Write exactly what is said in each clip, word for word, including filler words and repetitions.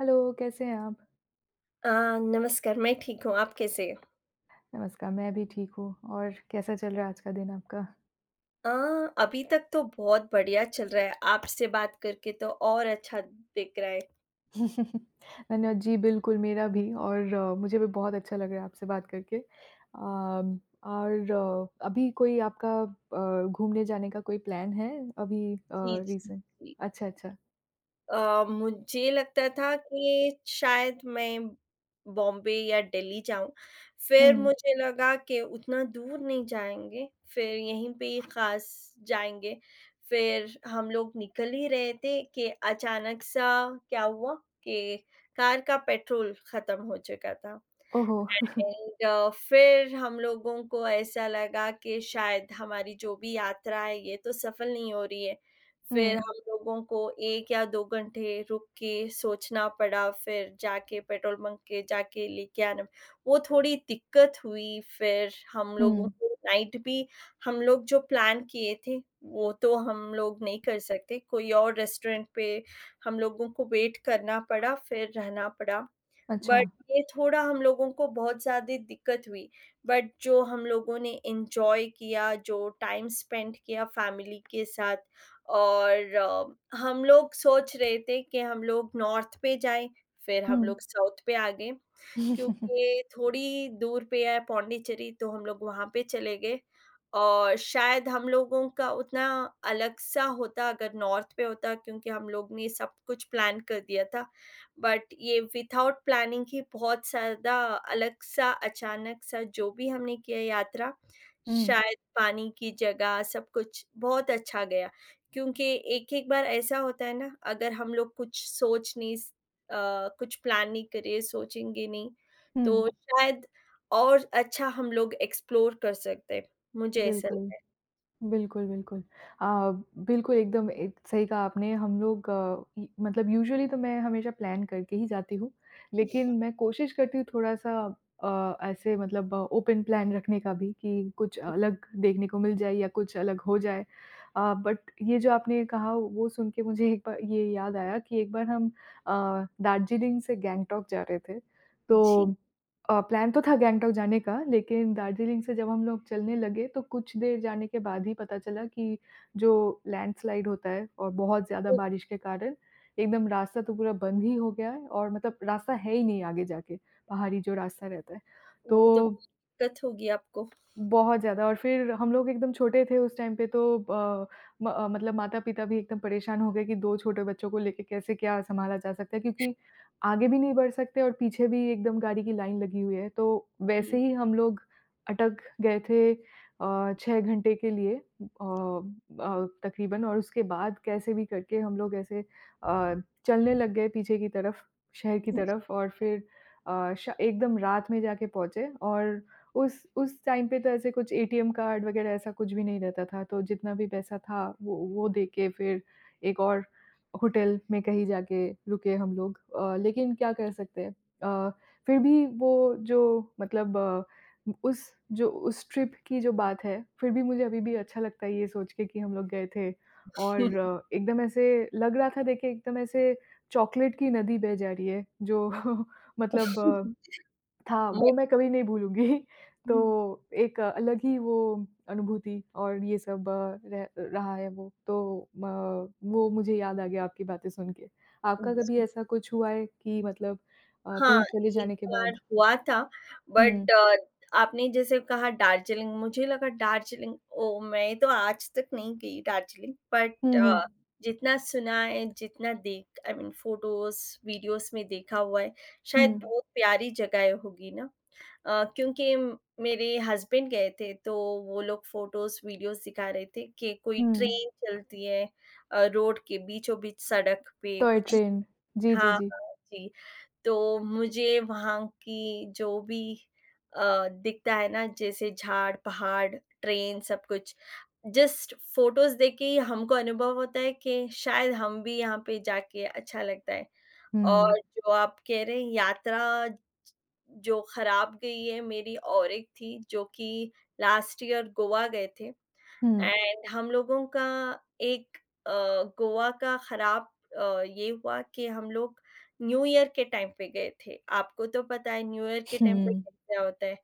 Hello, कैसे हैं आप? अ, नमस्कार, मैं ठीक हूँ, आप कैसे हैं? नमस्कार, मैं भी ठीक हूँ और कैसा चल रहा है आज का दिन आपका? अ, अभी तक तो बहुत बढ़िया चल रहा है, आपसे बात करके तो और अच्छा दिख रहा है। धन्यवाद। जी, बिल्कुल मेरा भी और अ, मुझे भी बहुत अच्छा लग रहा है आपसे बात करके। अम, और अ, अभी कोई आपका अ, घूमने जाने का कोई प्लान है अभी अ, जी, जी, रीसेंट? जी। अच्छा, अच्छा। अ, मुझे लगता था कि शायद मैं बॉम्बे या दिल्ली जाऊँ, फिर हुँ। मुझे लगा कि उतना दूर नहीं जाएँगे, फिर यहीं पे ही खास जाएँगे। फिर हम लोग निकल ही रहे थे कि अचानक सा क्या हुआ कि कार का पेट्रोल खत्म हो चुका था। ओहो! एंड अ, फिर हम लोगों को ऐसा लगा कि शायद हमारी जो भी यात्रा है ये तो सफल नहीं हो रही है। फिर हुँ, हम लोगों को एक या दो घंटे रुक के सोचना पड़ा, फिर जाके पेट्रोल बंक के जाके लेके आना वो थोड़ी दिक्कत हुई, फिर हम लोगों हुँ। को नाइट भी हम लोग जो प्लान किए थे, वो तो हम लोग नहीं कर सकते, कोई और रेस्टोरेंट पे हम लोगों को वेट करना पड़ा, फिर रहना पड़ा। अच्छा। बट ये थोड़ा हम लोगों को बहुत ज़्यादा दिक्कत हुई, बट जो हम लोगों ने एन्जॉय किया, जो टाइम स्पेंड किया फैमिली के साथ और अ, हम लोग सोच रहे थे कि हम लोग नॉर्थ पे जाएँ, फिर हुँ। हम लोग साउथ पे आ गए। क्योंकि थोड़ी दूर पे है पौंडीचेरी तो हम लोग वहाँ पे चले गए और शायद हम लोगों का उतना अलग-सा होता अगर नॉर्थ पे होता क्योंकि हम लोग ने सब कुछ प्लान कर दिया था। बट ये विथआउट प्लानिंग ही बहुत ज़्यादा अलग-सा अचानक-सा जो भी हमने किया यात्रा, हुँ, शायद पानी की जगह सब कुछ बहुत अच्छा गया। क्योंकि एक-एक बार ऐसा होता है ना अगर हम लोग कुछ सोच नहीं स अ, कुछ प्लान नहीं करे, सोचेंगे नहीं हुँ, तो शायद और अच्छा हम लोग एक्सप्लोर कर सकते हैं, मुझे ऐसा बिल्कुल। लगता है। बिल्कुल, बिल्कुल। अ, बिल्कुल एकदम एक सही कहा आपने हम लोग अ, इ मतलब यूजुअली तो मैं हमेशा प्लान करके ही जाती हूँ। लेकिन मैं कोशिश करती हूँ थोड़ा-सा अ, ऐसे मतलब ओपन प्लान रखने का भी कि कुछ अलग देखने को मिल जाए या कुछ अलग हो जाए। अ, बट ये जो आपने कहा वो सुन के मुझे एक बार ये याद आया कि एक बार हम अ, दार्जिलिंग से गैंगटॉक जा रहे थे। जी, तो अ, प्लान तो था गैंगटॉक जाने का, लेकिन दार्जिलिंग से जब हम लोग चलने लगे, तो कुछ देर जाने के बाद ही पता चला कि जो लैंडस्लाइड होता है और बहुत ज़्यादा तो बारिश के कारण एकदम रास्ता तो पूरा बंद ही हो गया है और मतलब रास्ता है ही नहीं आगे जाके, पहाड़ी जो रास्ता रहता है। तो वो तो दिक्कत होगी आपको। बहुत ज़्यादा और फिर हम लोग एकदम छोटे थे उस टाइम पे तो अ, म अ, मतलब माता-पिता भी एकदम परेशान हो गए कि दो छोटे बच्चों को लेके कैसे क्या सँभाला जा सकता है क्योंकि आगे भी नहीं बढ़ सकते और पीछे भी एकदम गाड़ी की लाइन लगी हुई है। तो वैसे जी। ही हम लोग अटक गए थे अ, छह घंटे के लिए अ अ, तकरीबन और उसके बाद कैसे भी करके हम लोग ऐसे अ, चलने लग गए पीछे की तरफ, शहर की तरफ और फिर अ, श एकदम रात में जाके पहुँचे और उस उस टाइम पे तो ऐसे कुछ ए टी एम कार्ड वगैरह ऐसा कुछ भी नहीं रहता था, तो जितना भी पैसा था वो वो दे के फिर एक और होटल में कहीं जाके रुके हम लोग, अ, लेकिन क्या कर सकते हैं? अ, फिर भी वो जो मतलब अ, उस जो उस ट्रिप की जो बात है, फिर भी मुझे अभी भी अच्छा लगता है ये सोच के कि हम लोग गए थे और अ, एकदम ऐसे लग रहा था, देखिए एकदम ऐसे चॉकलेट की नदी बह जा रही है जो मतलब अ, था, मैं वो मैं कभी नहीं भूलूँगी। तो एक अलग ही वो अनुभूति और ये सब अ, रह रहा है वो। तो म वो मुझे याद आ गया आपकी बातें सुन के। आपका कभी जी, ऐसा कुछ हुआ है कि मतलब अ, हाँ, कहीं चले एक जाने के बार बाद? हुआ था हुँ। बट आपने जैसे कहा दार्जिलिंग, मुझे लगा दार्जिलिंग ओह! मैं तो आज तक नहीं गई दार्जिलिंग बट हुँ, अ, हुँ। जितना सुना है, जितना देख आई मीन फ़ोटोज़, वीडियोज़ में देखा हुआ है, शायद हुँ, बहुत प्यारी जगह होगी ना? अ, क्योंकि म- मेरे हस्बैंड गए थे तो वो लोग फ़ोटोज़, वीडियोज़ दिखा रहे थे कि कोई हुँ। ट्रेन चलती है अ, रोड के बीचों-बीच सड़क पे टॉय कुछ ट्रेन। जी, जी, हाँ, जी। हाँ, जी। तो मुझे वहाँ की जो भी अ, दिखता है ना जैसे झाड़, पहाड़, ट्रेन सब कुछ जस्ट फ़ोटोज़ देख के ही हमको अनुभव होता है कि शायद हम भी यहाँ पे जाके अच्छा लगता है। हुँ, और जो आप कह रहे हैं यात्रा जो ख़राब गई है मेरी और एक थी जो कि लास्ट ईयर गोवा गए थे। हुँ, एंड हम लोगों का एक अ, गोवा का ख़राब अ, ये हुआ कि हम लोग न्यू ईयर के टाइम पे गए थे। आपको तो पता है न्यू ईयर के हुँ। टाइम पे क्या होता है,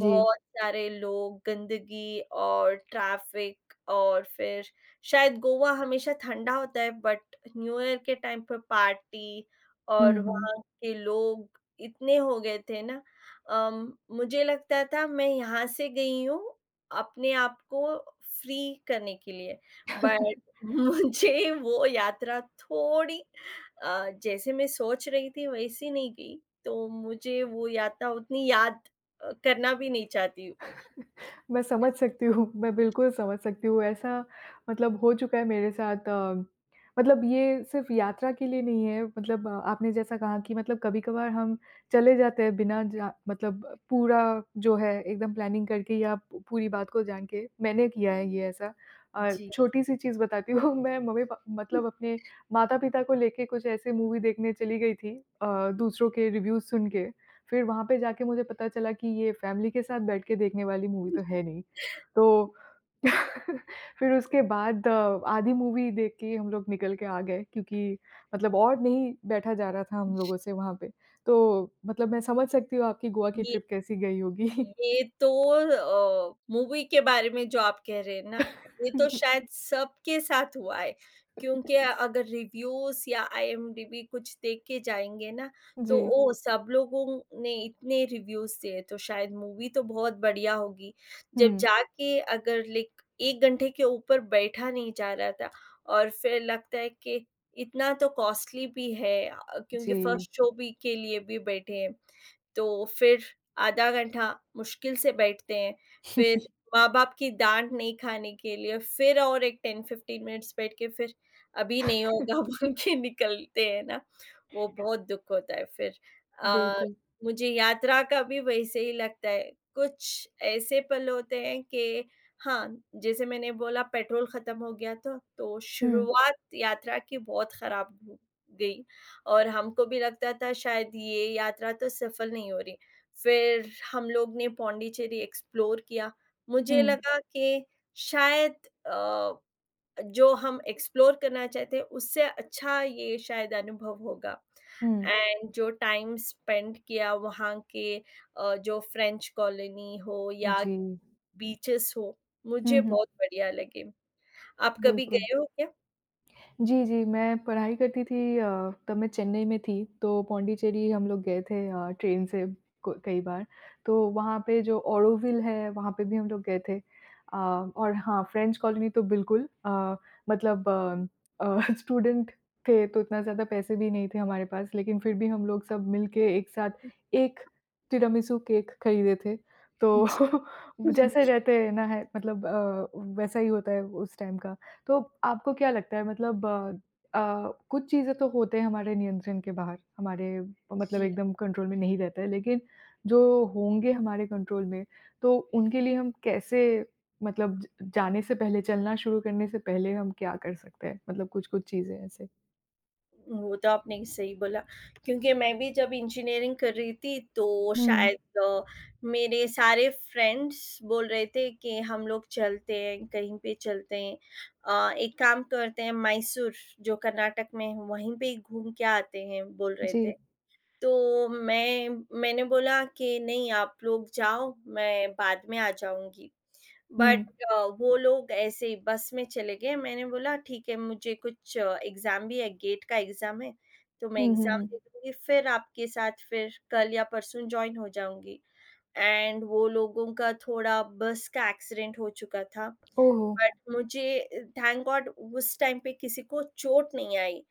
जी। सारे लोग, गंदगी और ट्रैफ़िक और फिर शायद गोवा हमेशा ठंडा होता है बट न्यू ईयर के टाइम पे पार्टी और हुँ, हुँ। वहाँ के लोग इतने हो गए थे ना अम, मुझे लगता था मैं यहाँ से गई हूँ अपने आप को फ्री करने के लिए। बट मुझे वो यात्रा थोड़ी अ, जैसे मैं सोच रही थी वैसी नहीं गई, तो मुझे वो यात्रा उतनी याद अ, करना भी नहीं चाहती हूँ। मैं समझ सकती हूँ, मैं बिल्कुल समझ सकती हूँ। ऐसा मतलब हो चुका है मेरे साथ। अ, मतलब ये सिर्फ़ यात्रा के लिए नहीं है, मतलब अ, आपने जैसा कहा कि मतलब कभी-कभार हम चले जाते हैं बिना जा मतलब पूरा जो है एकदम प्लानिंग करके या पू पूरी बात को जान के, मैंने किया है ये ऐसा। अ, जी। छोटी-सी चीज़ बताती हूँ मैं मम्मी-पा मतलब अपने माता-पिता को लेके कुछ ऐसे मूवी देखने चली गई थी अ, दूसरों के रिव्यूज़ सुन के। फिर वहाँ पे जाके मुझे पता चला कि ये फैमिली के साथ बैठ के देखने वाली मूवी तो है नहीं। तो फिर उसके बाद अ, आधी मूवी देख के हम लोग निकल के आ गए क्योंकि मतलब और नहीं बैठा जा रहा था हम लोगों से वहाँ पे। तो मतलब मैं समझ सकती हूँ आपकी गोवा की ये ट्रिप कैसी गई होगी। ये तो अ, मूवी के बारे में जो आप कह रहे हैं ना, ये तो शायद सबके साथ हुआ है, क्योंकि अगर रिव्यूज़ या आईएमडीबी कुछ देख के जाएँगे ना, तो जी। ओह! हुँ। सब लोगों ने इतने रिव्यूज़ दिए, तो शायद मूवी तो बहुत बढ़िया होगी। जब हुँ। जाके अगर लाइक एक घंटे के ऊपर बैठा नहीं जा रहा था और फिर लगता है कि इतना तो कॉस्टली भी है अ, क्योंकि जी। फर्स्ट शो भी के लिए भी बैठे हैं। तो फिर आधा घंटा मुश्किल से बैठते हैं, फिर माँ-बाप की डाँट नहीं खाने के लिए फिर और एक दस पंद्रह मिनट्स बैठ के फिर अभी नहीं होगा बोल के निकलते हैं ना, वो बहुत दुःख होता है फिर। अ, बिल्कुल। मुझे यात्रा का भी वैसे ही लगता है, कुछ ऐसे पल होते हैं कि हाँ, जैसे मैंने बोला पेट्रोल खत्म हो गया था, तो हुँ, शुरुआत यात्रा की बहुत खराब हो गई। और हमको भी लगता था शायद ये यात्रा तो सफल नहीं हो रही। फिर हम लोग ने पॉन्डिचेरी एक्सप्लोर किया। मुझे हुँ, लगा कि शायद अ, जो हम एक्सप्लोर करना चाहते हैं उससे अच्छा ये शायद अनुभव होगा। हुँ। एंड जो टाइम स्पेंड किया वहाँ के अ, जो फ्रेंच कॉलोनी हो या जी। बीचेस हो, मुझे हुँ, हुँ। बहुत बढ़िया लगे। आप कभी बिल्कुल। गए हो क्या? जी, जी, मैं पढ़ाई करती थी, अ, तब मैं चेन्नई में थी, तो पॉन्डिचेरी हम लोग गए थे अ, ट्रेन से क कई बार। तो वहाँ पे जो ऑरोविल है, वहाँ पे भी हम लोग गए थे। अ, और हाँ, फ्रेंच कॉलोनी तो बिल्कुल अ, मतलब अ अ, स्टूडेंट थे, तो इतना ज़्यादा पैसे भी नहीं थे हमारे पास, लेकिन फिर भी हम लोग सब मिल के एक साथ एक तिरामिसू केक खरीदे थे। तो जैसे रहते हैं ना है मतलब, अ, वैसा ही होता है उस टाइम का। तो आपको क्या लगता है मतलब, अ अ, कुछ चीज़ें तो होते हैं हमारे नियंत्रण के बाहर, हमारे मतलब जी। एकदम कंट्रोल में नहीं रहता है, लेकिन जो होंगे हमारे कंट्रोल में, तो उनके लिए हम कैसे मतलब ज जाने से पहले, चलना शुरू करने से पहले हम क्या कर सकते हैं? मतलब कुछ-कुछ चीज़ें ऐसे? वो तो आपने सही बोला, क्योंकि मैं भी जब इंजीनियरिंग कर रही थी तो हुँ। शायद अ, मेरे सारे फ्रेंड्स बोल रहे थे कि हम लोग चलते हैं, कहीं पे चलते हैं। अ, एक काम करते हैं मैसूर जो कर्नाटक में है वहीं पे घूम के आते हैं बोल रहे जी। थे। तो मैं मैंने बोला कि नहीं आप लोग जाओ मैं बाद में आ जाऊँगी। बट हुँ। अ, वो लोग ऐसे ही बस में चले गए। मैंने बोला ठीक है मुझे कुछ एग्ज़ाम भी है, गेट का एग्ज़ाम है, तो मैं हुँ, हुँ, एग्ज़ाम हुँ। दे दूँगी फिर आपके साथ फिर कल या परसों जॉइन हो जाऊँगी। एंड वो लोगों का थोड़ा बस का एक्सीडेंट हो चुका था। ओह हो! बट मुझे थैंक गॉड उस टाइम पे किसी को चोट नहीं आई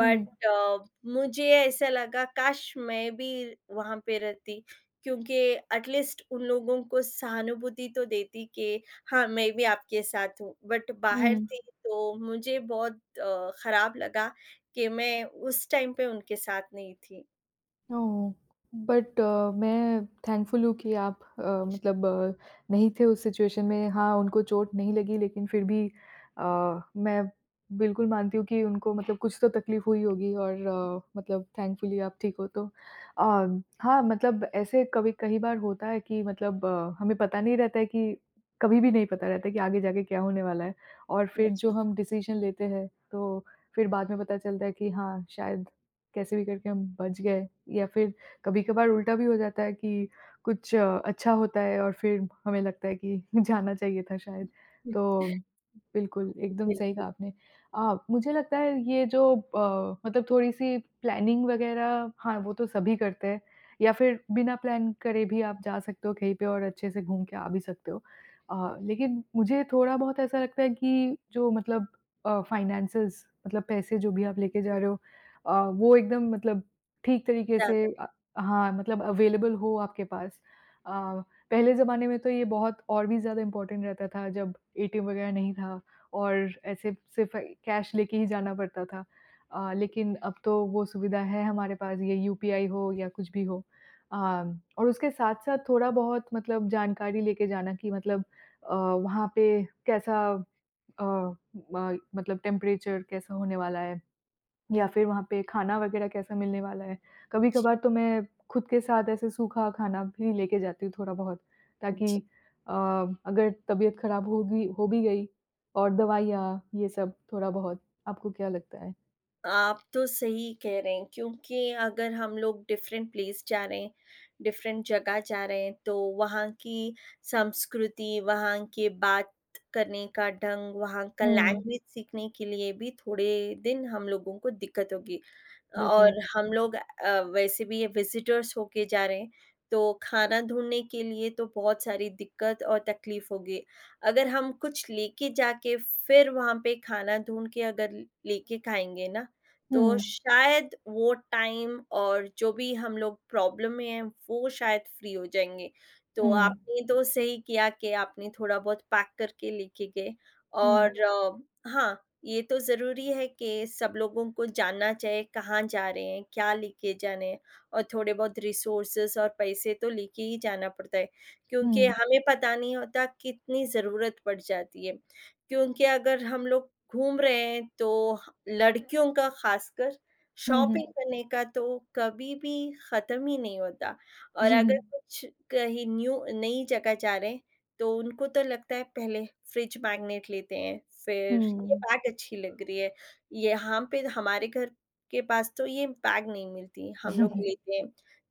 बट हुँ, अ, मुझे ऐसा लगा काश मैं भी वहां पे रहती क्योंकि एटलीस्ट उन लोगों को सहानुभूति तो देती कि हाँ मैं भी आपके साथ हूँ बट बाहर हुँ। थी तो मुझे बहुत अ, खराब लगा कि मैं उस टाइम पे उनके साथ नहीं थी ओह! बट अ, मैं थैंकफुल हूँ कि आप अ, मतलब अ, नहीं थे उस सिचुएशन में। हाँ, उनको चोट नहीं लगी लेकिन फिर भी अ, मैं बिल्कुल मानती हूँ कि उनको मतलब कुछ तो तकलीफ़ हुई होगी और अ, मतलब थैंकफुली आप ठीक हो तो। अ, हाँ, मतलब ऐसे कभी कई बार होता है कि मतलब अ, हमें पता नहीं रहता है कि कभी भी नहीं पता रहता है कि आगे जाके क्या होने वाला है और फिर जो जी, हम डिसीज़न लेते हैं, तो फिर बाद में पता चलता है कि हाँ, शायद कैसे भी करके हम बच गए या फिर कभी-कभार उल्टा भी हो जाता है कि कुछ अ, अच्छा होता है और फिर हमें लगता है कि जाना चाहिए था शायद। तो बिल्कुल, एकदम बिल सही कहा आपने। अ, मुझे लगता है ये जो अ, मतलब थोड़ी-सी प्लानिंग वगैरह, हाँ, वो तो सभी करते हैं या फिर बिना प्लान करे भी आप जा सकते हो कहीं पे और अच्छे से घूम के आ भी सकते हो। अ, लेकिन मुझे थोड़ा-बहुत ऐसा लगता है कि जो मतलब अ, फाइनेंसेस मतलब पैसे जो भी आप लेके जा रहे हो अ, वो एकदम मतलब ठीक तरीके से, ज़्यादा अ, हाँ, मतलब अवेलेबल हो आपके पास। अ, पहले ज़माने में तो ये बहुत और भी ज़्यादा इम्पोर्टेंट रहता था जब ए टी एम वगैरह नहीं था और ऐसे सिर्फ़ कैश लेके ही जाना पड़ता था। अ, लेकिन अब तो वो सुविधा है हमारे पास, ये यू पी आई हो या कुछ भी हो। अ, और उसके साथ-साथ थोड़ा बहुत मतलब जानकारी लेके जाना कि मतलब अ, वहाँ पे कैसा अ, म मतलब टेम्परेचर कैसा होने वाला है। या फिर वहाँ पे खाना वगैरह कैसा मिलने वाला है। जी, कभी-कभार तो मैं खुद के साथ ऐसे सूखा खाना भी लेके जाती हूँ थोड़ा-बहुत ताकि जी। अ, अगर तबीयत ख़राब होगी, हो भी गई, और दवाइयाँ ये सब थोड़ा-बहुत। आपको क्या लगता है? आप तो सही कह रहे हैं क्योंकि अगर हम लोग डिफरेंट प्लेस जा रहे हैं, डिफरेंट जगह जा रहे हैं तो वहाँ की संस्कृति, वहाँ के बात करने का ढंग, वहाँ का हुँ, लैंग्वेज सीखने के लिए भी थोड़े दिन हम लोगों को दिक्कत होगी। बिल्कुल। और हम लोग अ, वैसे भी ये विज़िटर्स होके जा रहे हैं, तो खाना ढूँढने के लिए तो बहुत सारी दिक्कत और तकलीफ़ होगी। अगर हम कुछ लेके जाके फिर वहाँ पे खाना ढूँढ के अगर लेके खाएँगे ना, तो हुँ, शायद वो टाइम और जो भी हम लोग प्रॉब्लम में हैं, वो शायद फ्री हो जाएँगे। तो हुँ, आपने तो सही किया कि आपने थोड़ा बहुत पैक करके लेके गए हुँ, और अ, हाँ, ये तो ज़रूरी है कि सब लोगों को जानना चाहिए कहाँ जा रहे हैं, क्या लेके जाना है और थोड़े बहुत रिसोर्सेज़ और पैसे तो लेके ही जाना पड़ता है, क्योंकि हुँ, हमें पता नहीं होता कितनी ज़रूरत पड़ जाती है। क्योंकि अगर हम लोग घूम रहे हैं, तो लड़कियों का ख़ासकर हुँ, हुँ, शॉपिंग करने का तो कभी भी ख़त्म ही नहीं होता और हुँ, अगर कुछ कहीं न्यू नई जगह जा रहे हैं, तो उनको तो लगता है पहले फ्रिज मैग्नेट लेते हैं, फिर ये हुँ, बैग अच्छी लग रही है, यहाँ पे हमारे घर के पास तो ये बैग नहीं मिलती, हम लोग लेते हैं।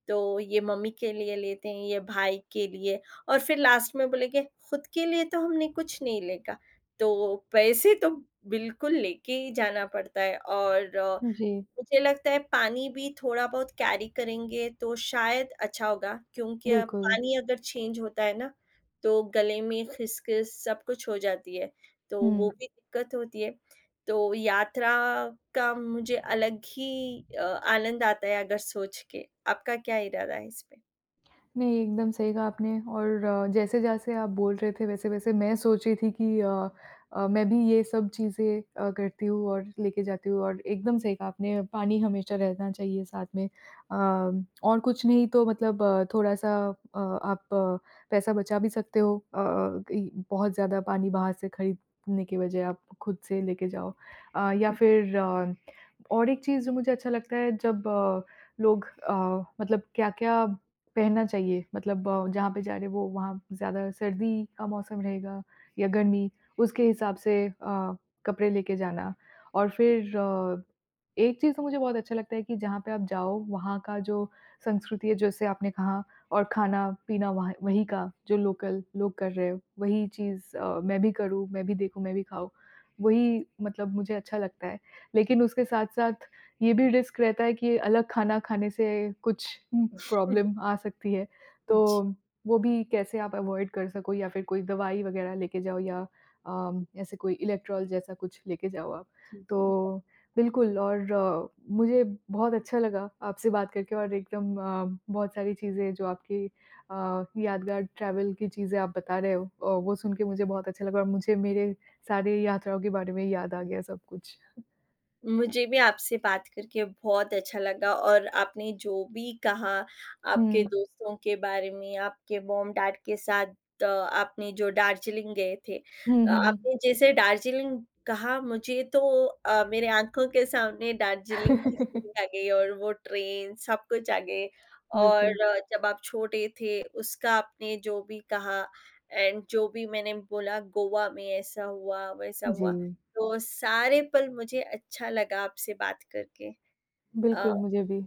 तो ये मम्मी के लिए लेते हैं, ये भाई के लिए और फिर लास्ट में बोलेंगे, "खुद के लिए तो हमने कुछ नहीं लेगा।" तो पैसे तो बिल्कुल लेके ही जाना पड़ता है और अ, जी, मुझे लगता है पानी भी थोड़ा बहुत कैरी करेंगे तो शायद अच्छा होगा क्योंकि अब बिल्कुल। पानी अगर चेंज होता है ना तो गले में खिसखिस सब कुछ हो जाती है तो वो हुँ। भी दिक्कत होती है तो यात्रा का मुझे अलग ही अ, आनंद आता है अगर सोच के आपका क्या इरादा है इस पे नहीं, एकदम सही कहा आपने और अ, जैसे-जैसे आप बोल रहे थे वैसे-वैसे मैं सोच रही थी कि अ अ, मैं भी ये सब चीज़ें अ, करती हूँ और लेके जाती हूँ और एकदम सही कहा आपने, पानी हमेशा रहना चाहिए साथ में। अ, और कुछ नहीं तो मतलब अ, थोड़ा-सा अ, आप अ, पैसा बचा भी सकते हो अ, इ बहुत ज़्यादा पानी बाहर से खरीदने के बजाय आप खुद से लेके जाओ। अ, या फिर अ और एक चीज़ जो मुझे अच्छा लगता है जब अ, लोग अ, मतलब क्या-क्या पहनना चाहिए, मतलब अ, जहाँ पे जा रहे हैं वो वहाँ ज़्यादा सर्दी का मौसम रहेगा या गर्मी, उसके हिसाब से अ, कपड़े लेके जाना। और फिर अ, एक चीज़ तो मुझे बहुत अच्छा लगता है कि जहाँ पे आप जाओ वहाँ का जो संस्कृति है जैसे आपने कहा, और खाना-पीना वहाँ वहीं का जो लोकल लोग कर रहे हैं, वही चीज़ अ, मैं भी करूँ, मैं भी देखूँ, मैं भी खाऊँ, वही मतलब मुझे अच्छा लगता है। लेकिन उसके साथ-साथ ये भी रिस्क रहता है कि अलग खाना खाने से कुछ उम, प्रॉब्लम आ सकती है। जी तो वो भी कैसे आप अवॉइड कर सको या फिर कोई दवाई वगैरह लेके जाओ या अम, ऐसे कोई इलेक्ट्रॉल जैसा कुछ लेके जाओ आप। जी जी तो बिल्कुल, और अ, मुझे बहुत अच्छा लगा आपसे बात करके और एकदम अ, बहुत सारी चीज़ें जो आपकी अ, यादगार ट्रैवल की चीज़ें आप बता रहे हो, अ, वो सुन के मुझे बहुत अच्छा लगा और मुझे मेरे सारे यात्राओं के बारे में याद आ गया सब कुछ। मुझे भी आपसे बात करके बहुत अच्छा लगा और आपने जो भी कहा हुँ। आपके दोस्तों के बारे में, आपके मॉम-डैड के साथ अ, आपने जो दार्जिलिंग गए थे। हुँ, अ, हुँ, हुँ। आपने जैसे दार्जिलिंग कहा मुझे तो अ, मेरे आँखों के सामने दार्जिलिंग की सीनरी आ गई और वो ट्रेन सब कुछ आ गए बिल्कुल, और अ, जब आप छोटे थे उसका आपने जो भी कहा एंड जो भी मैंने बोला गोवा में ऐसा हुआ, वैसा जी। हुआ। तो सारे पल मुझे अच्छा लगा आपसे बात करके। अ, बिल्कुल, मुझे भी।